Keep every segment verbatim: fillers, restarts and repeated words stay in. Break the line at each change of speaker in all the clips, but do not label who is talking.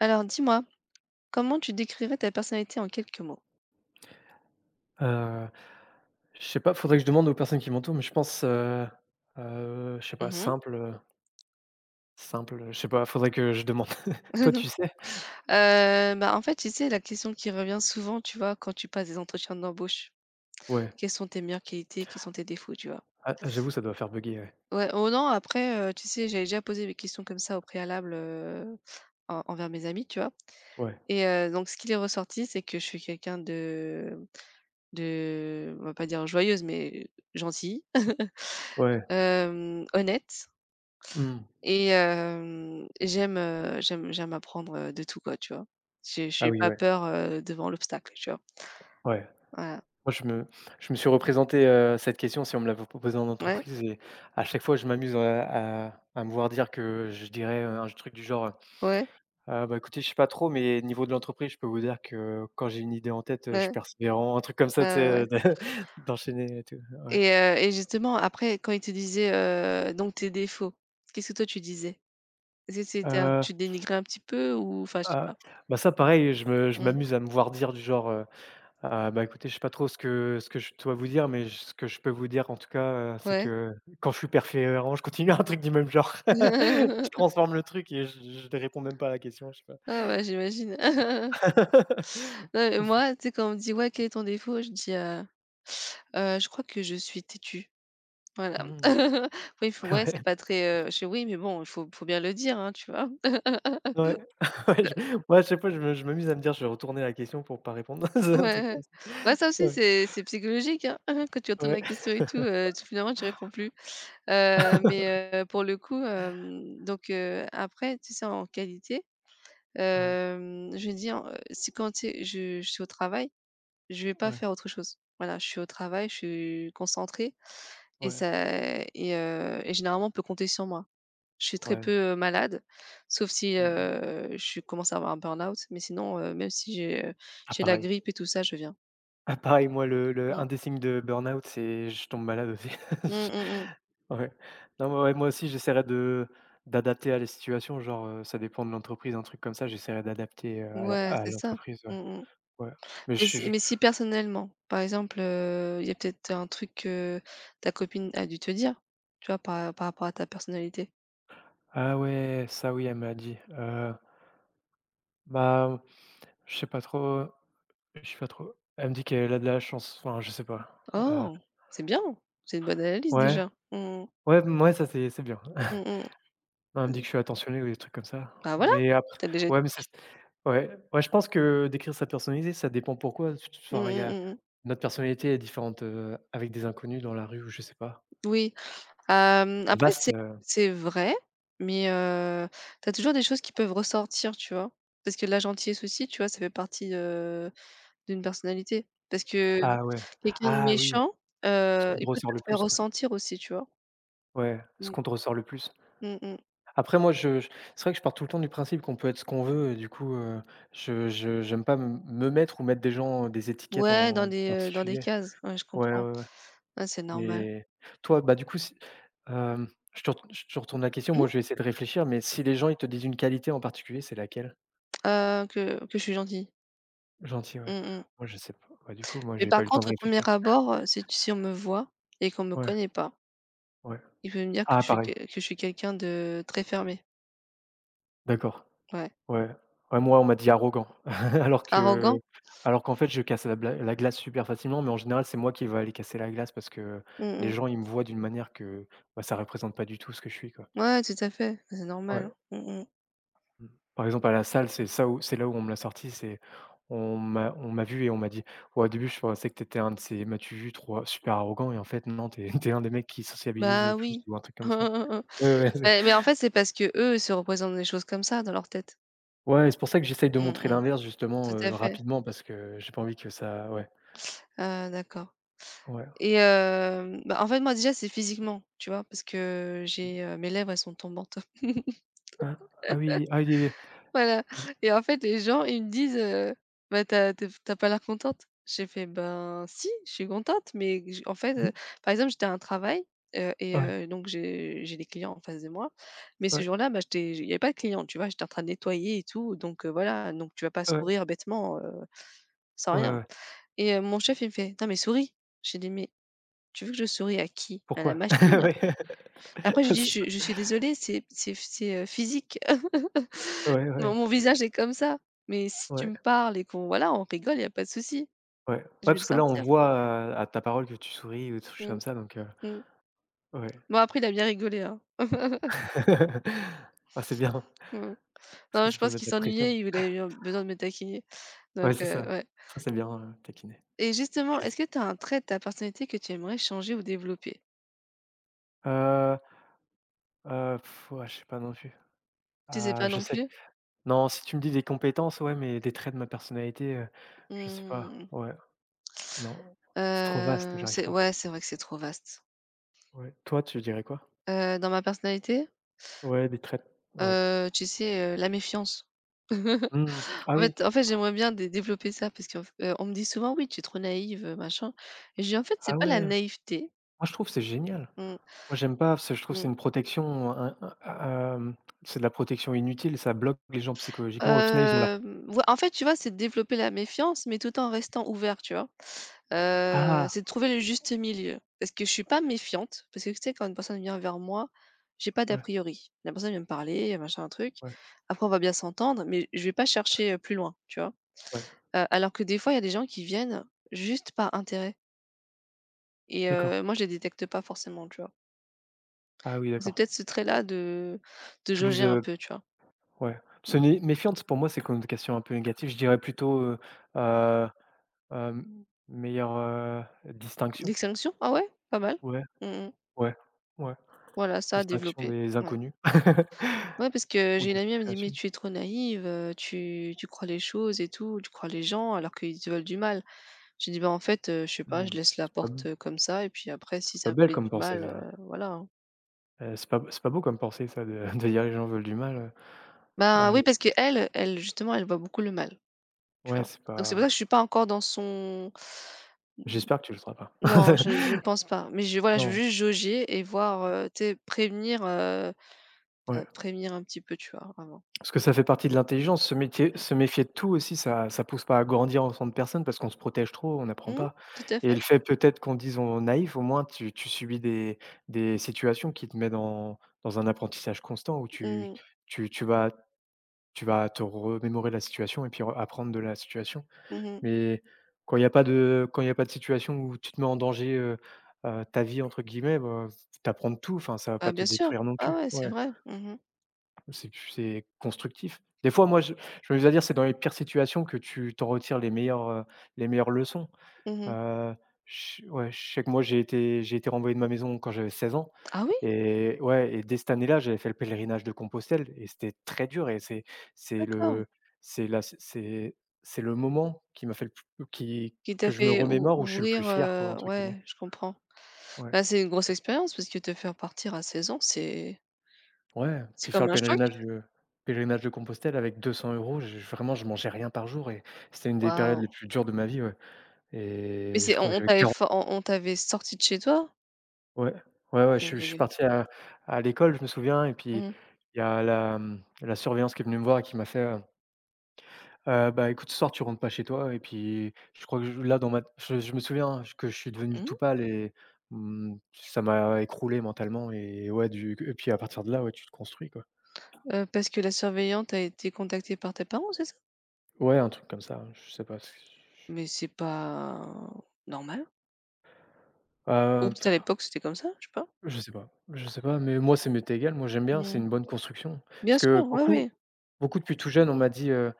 Alors dis-moi, comment tu décrirais ta personnalité en quelques mots?
Heu, je sais pas, faudrait que je demande aux personnes qui m'entourent, mais je pense, heu heu, je sais pas,
Mmh mh.
simple, heu, simple, heu, je sais pas, faudrait que je demande. Toi, tu sais?
bah, en fait, tu sais, la question qui revient souvent, tu vois, quand tu passes des entretiens d'embauche,
Ouais.
quelles sont tes meilleures qualités? Quels sont tes défauts? Tu vois?
Ah, ah, j'avoue, ça doit faire bugger, ouais.
Ouais, oh non, après, heu, tu sais, j'avais déjà posé des questions comme ça au préalable, heu, en envers mes amis, tu vois?
Ouais,
Et heu, donc ce qui est ressorti, c'est que je suis quelqu'un de de on va pas dire joyeuse, mais gentille.
ouais.
hem, honnête.
Mmh.
Et hem, j'aime, heu, j'aime j'aime apprendre, heu, de tout quoi, tu vois? J'ai
Ah
j'ai
oui,
pas
ouais,
peur, heu, devant l'obstacle, tu vois?
ouais.
Voilà.
Moi, je me je me suis représenté, heu, cette question si on me l'avait proposée en
Ouais,
entreprise et à chaque fois, je m'amuse à à à me voir dire que je dirais, heu, un truc du genre, heu:
ouais,
«Ah bah, écoutez, je sais pas trop, mais niveau de l'entreprise, je peux vous dire que quand j'ai une idée en tête, heu, je
ouais,
suis
ouais,
persévérant», un truc comme ça, tu sais,
ouais, ouais,
heu, de d'enchaîner et tout, ouais.
et heu et justement après quand il te disait, heu, donc tes défauts, qu'est-ce que toi tu disais? Est-ce que c'était un
Heu,
tu dénigrais un petit peu, ou enfin je sais
ah,
pas?
bah, ça pareil, je me je
Mmh.
m'amuse à me voir dire du genre, heu: «Ah bah, écoutez, je sais pas trop ce que ce que je dois vous dire, mais ce que je peux vous dire en tout cas, heu, c'est
Ouais.
que quand je suis persévérant, je continue» un truc du même genre. Je transforme le truc et je je ne réponds même pas à la question, je sais pas.
Ah ouais, j'imagine. Non mais moi, tu sais, quand on me dit: «Ouais, quel est ton défaut?», je dis, heu: «Heu, je crois que je suis têtue». Voilà.
Mmh.
Oui, f ouais, c'est
Ouais,
pas très, heu, je fais: «Oui, mais bon, il faut faut bien le dire, hein», tu vois?
ouais, ouais, je moi, à chaque fois, je me je m'amuse à me dire: «Je vais retourner la question pour pas répondre». C'est un truc
Ouais,
comme ça.
bah, ça aussi,
Ouais,
c'est c'est psychologique, hein. Quand tu entends la
ouais,
question et tout, heu, tu finalement, tu réponds plus. Heu, mais heu, pour le coup, hem, donc heu, après, tu sais, en qualité,
ouais,
hem, je veux dire, heu, si quand tu sais, je je suis au travail, je vais pas
ouais,
faire autre chose. Voilà, je suis au travail, je suis concentrée, et
ouais,
ça et heu et généralement, on peut compter sur moi. Je suis très
ouais.
peu, heu, malade, sauf si,
Mmh mh.
heu, je commence à avoir un burn-out, mais sinon, heu, même si j'ai, heu,
Ah
j'ai la
pareil.
grippe et tout ça, je viens.
Ah pareil, moi le le
Mmh.
un des signes de burn-out, c'est je tombe malade aussi.
Mmh, mmh mh.
Ouais. Non, mais ouais, moi aussi j'essaierai de d'adapter à la situation, genre, heu, ça dépend de l'entreprise, un truc comme ça, j'essaierai d'adapter, heu, à la
Ouais,
à
c'est ça.
l'entreprise,
Mmh
ouais,
mh.
ouais. Mais
Mais
je
si
je
mais si personnellement, par exemple, heu, il y a peut-être un truc que ta copine a dû te dire, tu vois, par par rapport à ta personnalité.
ah ouais, ça oui, elle me l'a dit, heu, bah, je sais pas trop, je sais pas trop. Elle me dit qu'elle a de la chance, enfin je sais pas, heu,
Oh! C'est bien, c'est une bonne analyse
ouais,
déjà. Mmh mh.
ouais, mouais, ça c'est c'est bien.
Mmh.
Non, elle me dit que je suis attentionné ou des trucs comme ça.
Bah, voilà,
Mais après
t'as déjà
ouais, mais
dit.
ça, c'est ouais, ouais, je pense que décrire sa personnalité, ça dépend pourquoi. Tu tu
Mmh
enfin, il y
mh, mmh
a
mmh.
notre personnalité est différente, heu, avec des inconnus dans la rue ou je sais pas.
Oui. Hem,
C'est
après
vaste,
c'est
heu
c'est vrai, mais heu, tu toujours des choses qui peuvent ressortir, tu vois? Parce que la gentillesse aussi, tu vois, ça fait partie, heu, d'une personnalité. Parce que
ah ouais,
quelqu'un de
ah oui,
méchant,
ce
heu,
qu'on te
il peut te
ressort le
le faire
plus, quoi.
ressentir aussi, tu vois?
Ouais, ce
Mmh.
qu'on te ressort le plus.
Mmh mh.
Après moi, je je c'est vrai que je pars tout le temps du principe qu'on peut être ce qu'on veut et du coup, heu, je je j'aime pas me me mettre ou mettre des gens, euh, des étiquettes
Ouais, dans
en
des, heu, dans des
particulier.
cases. Ouais, je
Ouais,
comprends.
ouais, ouais.
Ouais, c'est normal.
Mais toi, bah, du coup, si Hem, je te ret je te retourne la question,
Mmh?
moi je vais essayer de réfléchir, mais si les gens ils te disent une qualité en particulier, c'est laquelle?
Heu, que que je suis gentille.
Gentil, ouais.
Mmh mh.
Moi je sais pas, bah, du coup, moi
Mais
j'ai pas
par
eu le temps de
contre, au premier
réfléchir.
abord, heu, si si on me voit et qu'on me
Ouais,
connaît pas,
ouais.
il peut me dire que
Ah
je suis
pareil,
que que je suis quelqu'un de très fermé.
d'accord.
Ouais.
Ouais. Ouais, moi on m'a dit arrogant, alors que
Arrogant?
alors qu'en fait je casse la bla la glace super facilement, mais en général c'est moi qui va aller casser la glace parce que
Mmh
les
mh.
gens ils me voient d'une manière que, bah, ça représente pas du tout ce que je suis, quoi.
Ouais, tout à fait, c'est normal,
Ouais.
hein. Mmh.
Mmh. Par exemple, à la salle, c'est ça où c'est là où on me l'a sorti, c'est on m'a on m'a vu et on m'a dit: «Ouais, au début, je pensais que t'étais un de ces m'as-tu vu trop super arrogant et en fait, non, t'es t'es un des mecs qui sociabilise
Bah
le plus»
oui.
ou un truc comme ça. Ouais, ouais, c'est
Mais mais en fait, c'est parce que eux se représentent des choses comme ça dans leur tête.
ouais, c'est pour ça que j'essaye de
Mmh
montrer
mh.
l'inverse justement,
Tout
heu,
à fait.
rapidement parce que j'ai pas envie que ça ouais,
Ah d'accord,
ouais.
et hem, bah, en fait, moi, déjà, c'est physiquement, tu vois? Parce que j'ai, heu, mes lèvres, elles sont tombantes.
Ah ah oui, ah oui, oui,
Voilà,
oui.
et en fait les gens ils me disent, heu: «Bah, t'as as tu pas l'air contente». J'ai fait: «Ben si, je suis contente, mais j en fait,
Mmh.
heu» par exemple, j'étais à un travail, heu et
Ouais,
heu, donc j'ai j'ai des clients en face de moi, mais ce
ouais,
jour-là, bah, j'étais il y avait pas de clients, tu vois? J'étais en train de nettoyer et tout, donc heu, voilà, donc tu vas pas
ouais,
sourire bêtement, heu, sans
ouais,
rien.
ouais.
Et heu, mon chef il me fait: «Non mais souris». J'ai dit: «Mais tu veux que je sourie à qui? À la
Pourquoi?
machine?»
Ouais.
Après j'ai
C'est
dit:
ça.
«Je je suis désolée, c'est c'est c'est, heu, physique».
Ouais, ouais,
Mon
ouais,
mon visage est comme ça, mais si tu
ouais.
me parles et qu'on voilà, on rigole, il y a pas de souci.
Ouais,
Je vais le
parce que là, on
sortir.
voit à à ta parole que tu souris ou des trucs
Mmh,
comme ça donc heu,
mmh.
ouais.
Bon, après il a bien rigolé, hein.
Ah, c'est bien,
Mmh.
parce que
Non,
ça
je
peut
pense qu'il
mettre la pression.
s'ennuyait, il avait eu besoin de me taquiner,
Ouais,
donc
c'est
heu,
ça.
ouais.
Ça, c'est bien, heu, taquiner.
Et justement, est-ce que tu as un trait de ta personnalité que tu aimerais changer ou développer?
Heu heu, ouais, je sais pas non plus.
Tu sais
Ah,
pas
je
non
sais.
plus?
Non, si tu me dis des compétences, ouais, mais des traits de ma personnalité, heu, je sais pas.
Mmh.
Ouais, non, c'est trop vaste,
Heu,
j'arrive
c'est
pas.
ouais, c'est vrai que c'est trop vaste.
Ouais. Toi, tu dirais quoi?
Heu, dans ma personnalité?
Ouais, des traits ouais.
Heu, tu sais, heu, la méfiance.
Mmh. Ah
En
oui,
fait en fait, j'aimerais bien dé développer ça parce qu'on on me dit souvent: «Oui, tu es trop naïve, heu, machin», et je dis: «En fait, c'est
ah
pas
ouais.
la
Moi,
naïveté».
je trouve que c'est génial.
Mmh,
Moi, j'aime pas parce que je trouve que
mmh.
c'est une protection, un un, hem, c'est de la protection inutile, ça bloque les gens psychologiquement. Au final, ils ont leur
Hem, ouais, en fait, tu vois, c'est de développer la méfiance, mais tout en restant ouvert, tu vois? Heu,
ah!
c'est de trouver le juste milieu, parce que je suis pas méfiante, parce que, tu sais, quand une personne vient vers moi, j'ai pas d'a
Ouais,
priori. La personne vient me parler, machin, un truc.
ouais.
Après, on va bien s'entendre, mais je vais pas chercher, heu, plus loin, tu vois?
Ouais,
Heu, alors que des fois, il y a des gens qui viennent juste par intérêt. Et
d'accord.
heu, moi je les détecte pas forcément, tu vois?
Ah oui,
Donc c'est
d'accord.
peut-être ce trait-là, de de
Plus,
jauger un
heu,
peu, tu vois?
ouais. Ce
Mmh.
n'est méfiante pour moi, c'est une question un peu négative. Je dirais plutôt, heu, heu, hem, meilleure, heu, distinction.
L'extinction? Ah ouais? Pas mal.
Ouais,
Mmh mh.
ouais, ouais.
Voilà, ça à
Distinction
développer.
des
Ouais.
inconnus
Ouais, parce que
ou
j'ai une
des
amie, elle me dit: «Mais
situations.
tu es trop naïve, heu, tu tu crois les choses et tout, tu crois les gens alors qu'ils te veulent du mal». J'ai dit: «Bah, en fait, heu, je sais pas, je
Mmh,
laisse la
c'est pas
porte, heu, comme ça, et puis après si
c'est
ça
pas
me
belle
fait
comme
du
pensée
mal,
ça.
heu, voilà, hein».
Heu, c'est pas c'est pas beau comme pensée ça de de dire: «Les gens veulent du mal», heu,
Bah
heu,
oui,
j
parce que elle, elle justement, elle voit beaucoup le mal. Tu
ouais,
vois?
c'est
Donc c'est pour ça que je
pas
suis pas encore dans son
j'espère que tu le seras pas.
non, je je ne pense pas. Mais je voilà, je veux
Non,
juste jauger et voir, heu, tu sais, prévenir, heu
ouais.
heu, prévenir un petit peu, tu vois? Vraiment.
Parce que ça fait partie de l'intelligence, se métier
Mmh.
se méfier de tout aussi, ça ça pousse pas à grandir en tant que personne parce qu'on se protège trop, on n'apprend
Mmh,
pas
tout à
et
fait.
le fait peut-être qu'on dise on est naïf, au moins tu tu subis des des situations qui te mettent dans dans un apprentissage constant où
Mmh
tu
mh.
tu tu vas tu vas te remémorer la situation et puis re apprendre de la situation.
Mmh.
Mais quand il y a pas de quand il y a pas de situation où tu te mets en danger, heu heu, «ta vie» entre guillemets, bah, tu de tout, enfin ça va
Bah,
pas te
bien sûr.
détruire non
Ah
plus.
ouais, c'est
Ouais.
vrai. Mmh mh.
C'est c'est constructif. Des fois, moi, je je m'amusais à dire: «C'est dans les pires situations que tu t'en retires les meilleures, heu, les meilleures leçons».
Mmh.
Heu, je ouais, je sais que moi, j'ai été j'ai été renvoyé de ma maison quand j'avais seize ans
Ah oui?
et ouais et dès cette année-là, j'avais fait le pèlerinage de Compostelle et c'était très dur et c'est c'est
D'accord.
le c'est la c'est c'est c'est le moment qui m'a fait le plus qui
Qui t'a
que je me
fait ou
remémore où je suis le plus
ouvrir,
fier quoi,
heu
entre guillemets.
ouais, je comprends.
Ouais.
Bah, c'est une grosse expérience parce que te faire partir à seize ans, c'est
Ouais,
c'est
puis faire
comme
le
un choc.
pèlerinage de pèlerinage de Compostelle avec deux cents euros €, je vraiment, je mangeais rien par jour et c'était une des périodes
Waouh!
les plus dures de ma vie, ouais
Mais
et
c'est
je crois
on
que
on
j'avais
t'avait
quarante
for on on t'avait sorti de chez toi?
ouais, ouais, ouais,
OK,
je
OK,
suis je suis
OK.
parti à à l'école, je me souviens et puis
Mmh.
il y a la, mmh, la surveillance qui est venue me voir et qui m'a fait, heu: «Heu, bah, écoute, ce soir, tu rentres pas chez toi» et puis je crois que je là, dans ma je je me souviens que je suis devenu
Mmh.
tout pâle et mmh, ça m'a écroulé mentalement et ouais, du et puis à partir de là, ouais, tu te construis, quoi.
Heu, parce que la surveillante a été contactée par tes parents, c'est ça?
Ouais, un truc comme ça, je sais pas.
Mais c'est pas normal? Ou
Heu,
peut-être à l'époque c'était comme ça, je sais pas?
je sais pas, je sais pas, mais moi, ça m'est égal. Moi, j'aime bien, c'est
Mmh.
une bonne construction.
Bien
Parce
sûr,
que
ouais,
beaucoup
oui.
beaucoup depuis tout jeune, on m'a dit, heu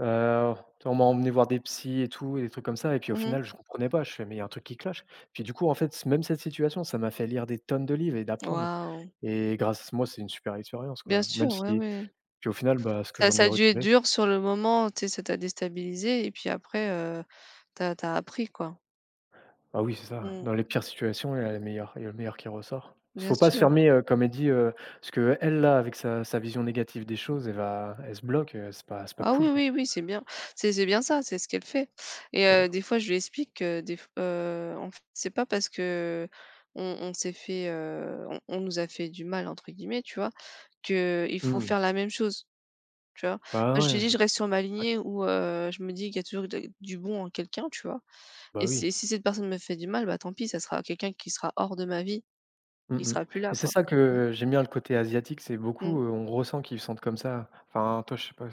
heu, on m'a emmené voir des psys et tout, et des trucs comme ça et puis au
Mmh.
final, je comprenais pas. Je fais: «Mais il y a un truc qui cloche». Puis du coup, en fait, c- même cette situation, ça m'a fait lire des tonnes de livres et d'apprendre
Waouh!
et grâce à moi, c'est une super expérience,
Bien
quoi. Même
sûr, ouais,
si
ouais.
puis au final, bah, ce que
Ça
j'en
ça
ai
a dû être
retiré
dur sur le moment, tu sais, ça t'a déstabilisé, et puis après, heu, t'as as appris quoi.
Ah oui, c'est ça.
Mmh.
Dans les pires situations, il y a les meilleurs il y a le meilleur qui ressort.
Bien
Faut pas se
sûr.
fermer, heu, comme elle dit, heu, parce que elle là, avec sa sa vision négative des choses, elle va elle se bloque, heu, c'est pas c'est pas
Ah oui,
cool quoi.
oui, oui, c'est bien. C'est c'est bien ça, c'est ce qu'elle fait, et
Ouais.
heu, des fois, je lui explique que des f heu, en fait, c'est pas parce que on on s'est fait, heu, on on nous a fait «du mal» entre guillemets, tu vois? Que il faut
Mmh.
faire la même chose, tu vois?
Bah
Moi, je lui
ouais,
dis: «Je reste sur ma
ouais.
lignée où, heu, je me dis qu'il y a toujours de du bon en quelqu'un», tu vois? Et
Bah oui.
si si cette personne me fait du mal, bah, tant pis, ça sera quelqu'un qui sera hors de ma vie,
Mmh
qui
mh.
sera plus
Et
là,
c'est
quoi.
ça
Mmh,
que j'aime bien le côté asiatique, c'est
mmh,
beaucoup, heu, on ressent qu'ils sentent comme ça. Enfin, toi, je sais pas,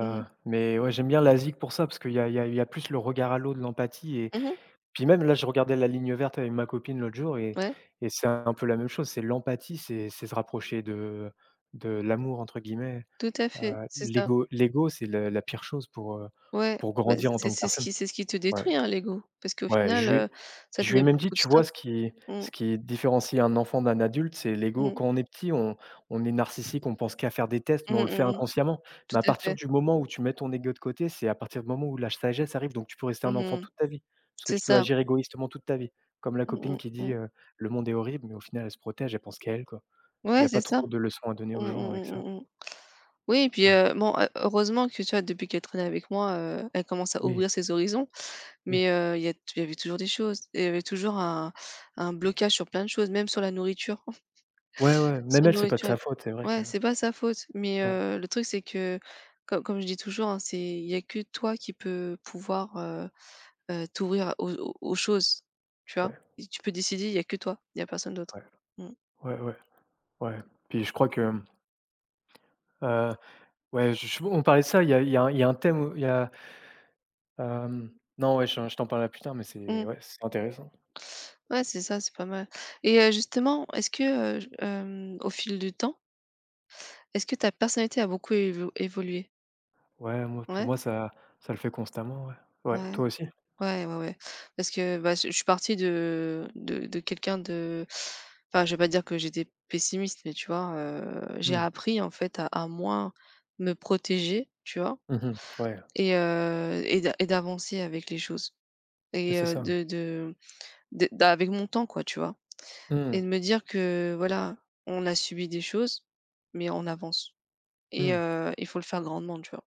mmh mh,
mais ouais, j'aime bien l'Asie pour ça, parce qu'il y a il y a il y a plus le regard à l'autre, l'empathie et
mmh,
puis même là, je regardais La Ligne verte avec ma copine l'autre jour et
ouais,
et c'est un peu la même chose, c'est l'empathie, c'est c'est se rapprocher de de «l'amour» entre guillemets,
tout à
heu,
fait, c'est ça.
l'ego l'ego, c'est le la pire chose pour, heu,
Ouais,
pour
bah,
grandir en
c'est
tant que
c'est ce
personne.
qui c'est ce qui te
Ouais.
détruit, hein, l'ego. Parce qu'au
Ouais,
final,
je lui ai
heu, ça
je
te
lui
met
ai même dit:
beaucoup de
«Tu vois,
stop.
ce qui
Mmh,
ce qui différencie un enfant d'un adulte, c'est l'ego».
mmh,
Quand on est petit, on on est narcissique, on pense qu'à faire des tests,
mmh,
mais on le fait
mmh mh.
inconsciemment.
Tout
Mais à
à
partir
fait.
du moment où tu mets ton ego de côté, c'est à partir du moment où la sagesse arrive, donc tu peux rester un
Mmh
enfant
mh.
toute ta vie, parce que
C'est
tu peux
ça.
agir égoïstement toute ta vie. Comme la
Mmh
copine
mh,
qui dit,
mmh.
heu: «Le monde est horrible», mais au final, elle se protège, elle pense qu'à elle, quoi. Il y
Ouais,
a
c'est
pas
ça.
trop de leçons à donner
Mmh mh,
aux gens avec ça.
mmh mh mh. Oui et puis,
Ouais.
heu, bon, heu, heureusement que tu vois, depuis qu'elle traîne avec moi, heu, elle commence à
Oui,
ouvrir ses horizons.
oui,
Mais, heu, il y a il y avait toujours des choses. Il y avait toujours un un
oui.
blocage sur plein de choses, même sur la nourriture.
Ouais, ouais, même
Sans
elle, c'est pas de
nourriture, et
sa faute, c'est vrai que
ouais, c'est pas sa faute, mais
non,
heu, le truc, c'est que co comme je dis toujours, hein, c'est il y a que toi qui peux pouvoir, heu heu, t'ouvrir aux aux aux choses, tu vois?
ouais,
Et tu peux décider, il y a que toi, il y a personne d'autre.
ouais,
Mmh.
ouais, ouais, ouais. Puis je crois que Heu, ouais, je je on parlait de ça, il y a il y a un il y a un thème où il y a, hem, non, ouais, je je t'en parlerai plus tard, mais c'est
Mmh.
ouais, c'est intéressant.
Ouais, c'est ça, c'est pas mal, et heu, justement, est-ce que, heu, j hem, au fil du temps est-ce que ta personnalité a beaucoup évo évolué?
Ouais, moi, pour
Ouais?
moi, ça ça le fait constamment, ouais. Ouais,
Ouais.
toi aussi?
Ouais, ouais, ouais. Parce que, bah, je je suis partie de de de quelqu'un de enfin, je vais pas dire que j'étais pessimiste, mais tu vois, heu, j'ai
Mmh.
appris en fait, à à moins me protéger, tu vois?
Mmh. Ouais,
Et heu et d'a et d'avancer avec les choses,
mais
et
c'est
heu,
ça, ouais.
de de de d'a avec mon temps quoi, tu vois?
Mmh.
Et de me dire que voilà, on a subi des choses, mais on avance, et
Mmh.
heu, il faut le faire grandement, tu vois?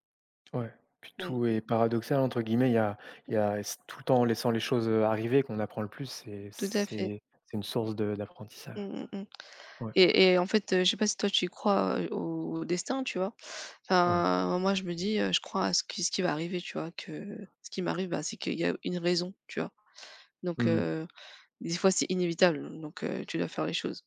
Ouais, puis
Mmh.
tout est «paradoxal» entre guillemets, il y a il y a c'est tout le temps en laissant les choses, heu, arriver qu'on apprend le plus, c'est
Tout à fait.
c'est c'est une source de
Mmh
d'apprentissage.
mh, mmh.
Ouais.
Et et en fait, heu, je sais pas si toi tu crois, heu, au au destin, tu vois?
Ouais.
Enfin, moi je me dis, heu, je crois à ce qui ce qui va arriver, tu vois? Que ce qui m'arrive, bah, c'est qu'il y a une raison, tu vois? Donc
Mmh.
heu, des fois c'est inévitable, donc heu, tu dois faire les choses.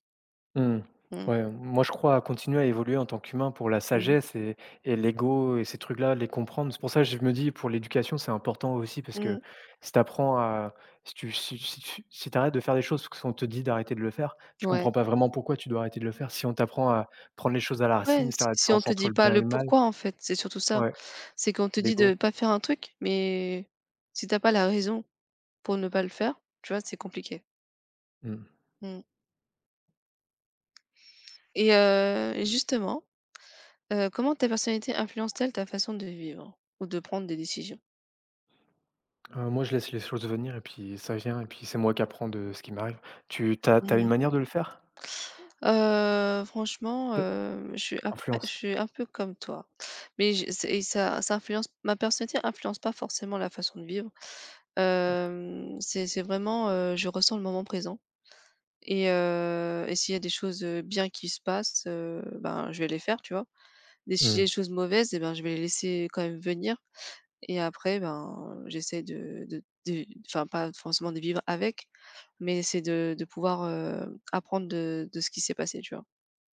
Mmh.
Mmh,
Ouais, moi, je crois à continuer à évoluer en tant qu'humain pour la
mmh,
sagesse et et l'ego et ces trucs-là, les comprendre. C'est pour ça que je me dis pour l'éducation, c'est important aussi parce que
mmh,
si tu apprends à si tu si si tu si tu de faire des choses parce qu'on te dit d'arrêter de le faire, tu
ouais.
comprends pas vraiment pourquoi tu dois arrêter de le faire. Si on t'apprend à prendre les choses à la
Ouais,
racine,
si
faire la
si on
différence
te
entre
dit
le
pas
bien et
le
le mal,
pourquoi, en fait, c'est surtout ça.
ouais,
C'est qu'on te dit
l'ego.
de pas faire un truc, mais si t'as pas la raison pour ne pas le faire, tu vois? C'est compliqué.
Mmh.
Mmh et heu, justement, Heu, comment ta personnalité influence-t-elle ta façon de vivre ou de prendre des décisions?
Heu, moi, je laisse les choses venir et puis ça vient et puis c'est moi qui apprends de ce qui m'arrive. Tu tu as une
Mmh.
manière de le faire?
Heu, franchement,
T
heu, je suis à peu je
Influence?
suis un peu comme toi, mais je c'est et ça ça influence, ma personnalité influence pas forcément la façon de vivre.
Ouais.
Hem, c'est c'est vraiment, heu, je ressens le moment présent, et heu et s'il y a des choses, heu, bien qui se passent, heu, ben, je vais les faire, tu vois? Des ch des
Mmh.
choses mauvaises, et ben, je vais les laisser quand même venir. Et après, ben, j'essaie de de de enfin, pas forcément de vivre avec, mais c'est de de pouvoir, heu, apprendre de de ce qui s'est passé, tu vois?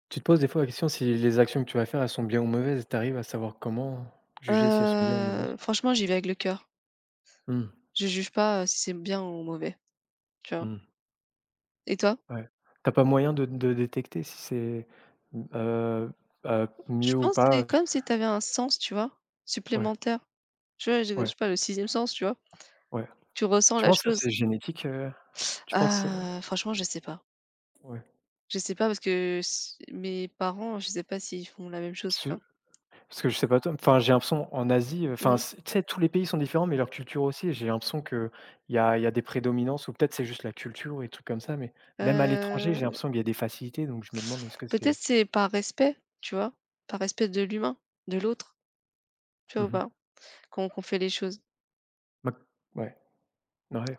Tu te poses des fois la question si les actions que tu vas faire, elles sont bien ou mauvaises? et Tu arrives à savoir comment juger si elles sont bien ou mauvaises?
Heu, franchement, j'y vais avec le cœur.
Mmh,
Je juge pas, heu, si c'est bien ou mauvais, tu vois?
mmh,
Et toi?
ouais. Tu pas moyen de de détecter si c'est, mmh, heu bah,
Je
mieux ou
pense que c'est
pas?
comme si tu avais un sens, tu vois?
Ouais,
Supplémentaire. Tu vois? Je je
ouais,
sais pas, le sixième sens, tu vois?
ouais.
Tu ressens
Tu
la
penses que ça
chose.
c'est génétique, heu? Tu penses, heu
Ah, franchement, je sais pas.
ouais.
Je sais pas parce que s mes parents, je sais pas s'ils font la même chose, tu
Ce
vois?
Parce que je sais pas toi, enfin, j'ai l'impression en Asie, heu,
Mmh
enfin,
mh.
c tu sais, tous les pays sont différents, mais leur culture aussi et j'ai l'impression qu'il y a il y a des prédominances ou peut-être c'est juste la culture et trucs comme ça, mais même à l'étranger, j'ai l'impression qu'il y a des facilités, donc je me demande est-ce que
Peut-être
c'est
c'est par respect, tu vois? Par respect de l'humain, de l'autre, tu vois ou
mmh
pas? Qu'on qu'on fait les choses.
Mac ouais, ouais,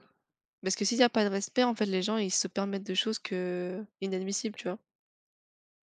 Parce que s'il n'y a pas de respect, en fait, les gens, ils se permettent de choses que inadmissibles, tu vois?